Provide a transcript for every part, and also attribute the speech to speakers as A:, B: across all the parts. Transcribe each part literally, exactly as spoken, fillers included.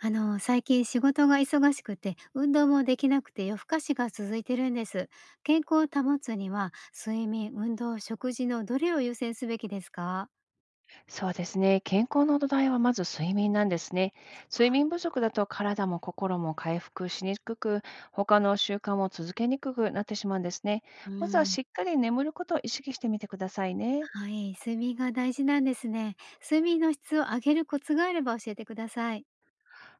A: あの、最近仕事が忙しくて、運動もできなくて夜更かしが続いてるんです。健康を保つには、睡眠、運動、食事のどれを優先すべきですか？
B: そうですね。健康の土台はまず睡眠なんですね。睡眠不足だと体も心も回復しにくく、他の習慣も続けにくくなってしまうんですね。
A: う
B: まずは
A: ん。
B: しっかり眠ることを意識してみてくださいね。
A: はい、睡眠が大事なんですね。睡眠の質を上げるコツがあれば教えてください。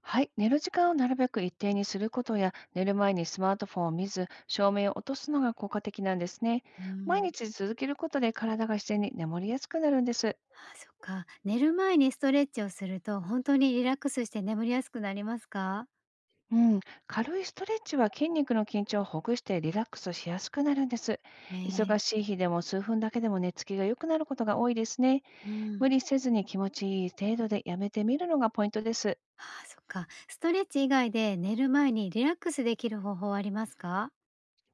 B: はい。寝る時間をなるべく一定にすることや、寝る前にスマートフォンを見ず、照明を落とすのが効果的なんですね。
A: う
B: 毎
A: ん。
B: 日続けることで体が自然に眠りやすくなるんです。
A: あ、そっか。寝る前にストレッチをすると、本当にリラックスして眠りやすくなりますか？
B: うん、軽いストレッチは筋肉の緊張をほぐしてリラックスしやすくなるんです。
A: ええ。
B: 忙しい日でも数分だけでも寝つきが良くなることが多いですね。
A: うん。
B: 無理せずに気持ちいい程度でやめてみるのがポイントです。
A: ああ、そっか。ストレッチ以外で寝る前にリラックスできる方法はありますか？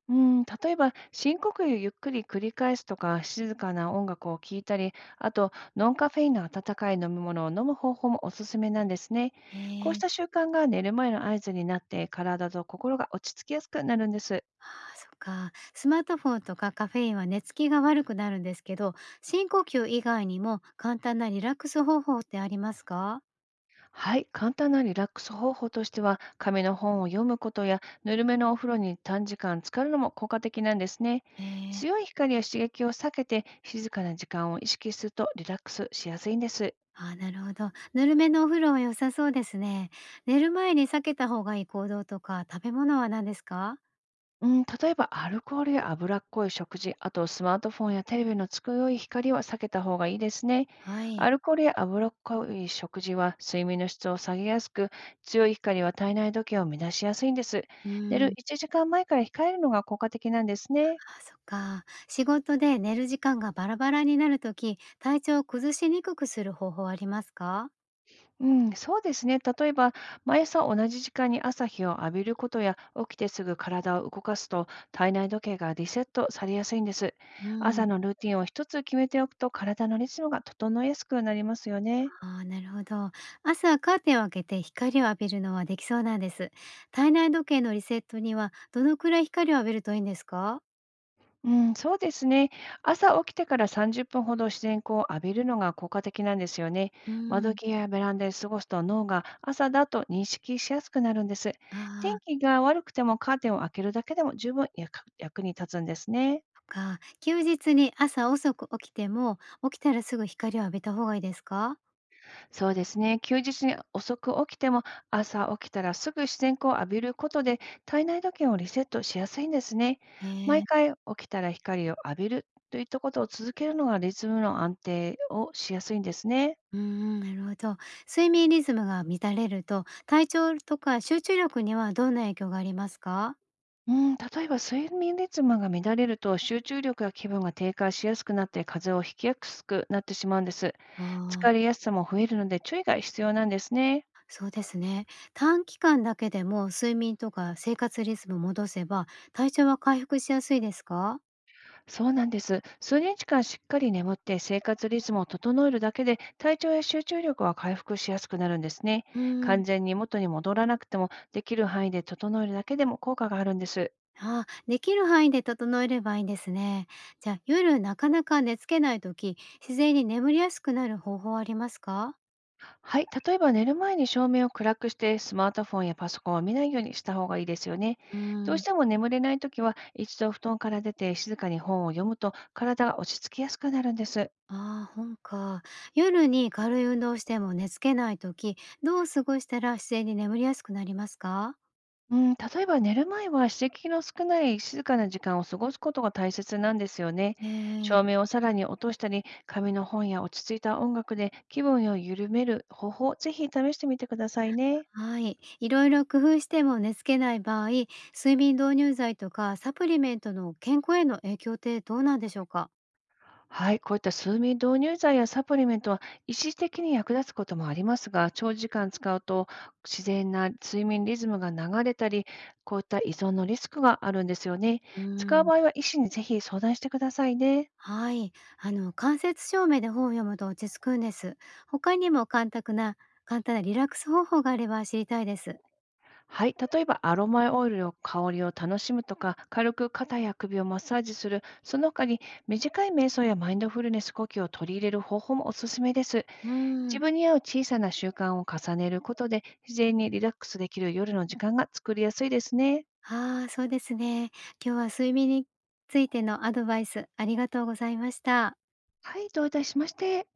B: うん、例えば深呼吸をゆっくり繰り返すとか静かな音楽を聴いたり、あとノンカフェインの温かい飲み物を飲む方法もおすすめなんですね。こ
A: え
B: うし
A: え。
B: た習慣が寝る前の合図になって体と心が落ち着きやすくなるんです。
A: ああ、そっか。スマートフォンとかカフェインは寝つきが悪くなるんですけど、深呼吸以外にも簡単なリラックス方法ってありますか？
B: はい、簡単なリラックス方法としては、紙の本を読むことや、ぬるめのお風呂に短時間浸かるのも効果的なんですね。
A: ええ。
B: 強い光や刺激を避けて、静かな時間を意識するとリラックスしやすいんです。
A: ああ、なるほど。ぬるめのお風呂は良さそうですね。寝る前に避けた方がいい行動とか食べ物は何ですか？
B: うん、例えば、アルコールや脂っこい食事、あとスマートフォンやテレビの強い光は避けた方がいいですね。
A: は
B: ア
A: い。
B: ルコールや脂っこい食事は睡眠の質を下げやすく、強い光は体内時計を乱しやすいんです。
A: う
B: 寝
A: ー
B: る
A: ん。あ
B: いちじかんまえから控えるのが効果的なんですね。
A: あ、そっか。仕事で寝る時間がバラバラになるとき体調を崩しにくくする方法ありますか？
B: うん、そうですね。例えば、毎朝同じ時間に朝日を浴びることや、起きてすぐ体を動かすと、体内時計がリセットされやすいんです。
A: うん。
B: 朝のルーティンを一つ決めておくと、体のリズムが整えやすくなりますよね。
A: ああ、なるほど。朝カーテンを開けて光を浴びるのはできそうなんです。体内時計のリセットにはどのくらい光を浴びるといいんですか？
B: うん、そうですね。朝起きてからさんじゅっぷんほど自然光を浴びるのが効果的なんですよね。
A: うー
B: 窓
A: ん。
B: 際やベランダで過ごすと脳が朝だと認識しやすくなるんです。
A: あ
B: 天
A: あ、
B: 気が悪くてもカーテンを開けるだけでも十分役役に立つんですね。
A: そっか。休日に朝遅く起きても、起きたらすぐ光を浴びた方がいいですか？
B: そうですね。休日に遅く起きても、朝起きたらすぐ自然光を浴びることで、体内時計をリセットしやすいんですね。毎
A: ええ。
B: 回起きたら光を浴びるといったことを続けるのがリズムの安定をしやすいんですね。
A: うーん、なるほど。睡眠リズムが乱れると、体調とか集中力にはどんな影響がありますか？
B: うん、例えば睡眠リズムが乱れると集中力や気分が低下しやすくなって風邪をひきやすくなってしまうんです。
A: ああ
B: 疲れ
A: ー。
B: やすさも増えるので注意が必要なんですね。
A: そうですね。短期間だけでも睡眠とか生活リズム戻せば、体調は回復しやすいですか？
B: そうなんです。数日間しっかり眠って生活リズムを整えるだけで体調や集中力は回復しやすくなるんですね。
A: うーん。
B: 完全に元に戻らなくてもできる範囲で整えるだけでも効果があるんです。
A: あー、できる範囲で整えればいいんですね。じゃあ、夜なかなか寝つけないとき、自然に眠りやすくなる方法はありますか？
B: はい。例えば寝る前に照明を暗くしてスマートフォンやパソコンを見ないようにした方がいいですよね。
A: うー
B: どうし
A: ん。
B: ても眠れないときは一度布団から出て静かに本を読むと体が落ち着きやすくなるんです。
A: ああ、本か。夜に軽い運動をしても寝つけないとき、どう過ごしたら自然に眠りやすくなりますか？
B: うん、例えば寝る前は刺激の少ない静かな時間を過ごすことが大切なんですよね。照
A: ええ。
B: 明をさらに落としたり、紙の本や落ち着いた音楽で気分を緩める方法、ぜひ試してみてくださいね。
A: はい。いろいろ工夫しても寝つけない場合、睡眠導入剤とかサプリメントの健康への影響ってどうなんでしょうか？
B: はい、こういった睡眠導入剤やサプリメントは一時的に役立つこともありますが、長時間使うと自然な睡眠リズムが流れたり、こういった依存のリスクがあるんですよね。
A: うー
B: 使う
A: ん。
B: 場合は医師にぜひ相談してくださいね。
A: はい。あの、間接照明で本を読むと落ち着くんです。他にも簡単な、簡単なリラックス方法があれば知りたいです。
B: はい、例えばアロマオイルの香りを楽しむとか、軽く肩や首をマッサージする、その他に短い瞑想やマインドフルネス呼吸を取り入れる方法もおすすめです。
A: うー
B: 自
A: ん。
B: 分に合う小さな習慣を重ねることで、自然にリラックスできる夜の時間が作りやすいですね。
A: ああ、そうですね。今日は睡眠についてのアドバイスありがとうございました。
B: はい、どういたしまして。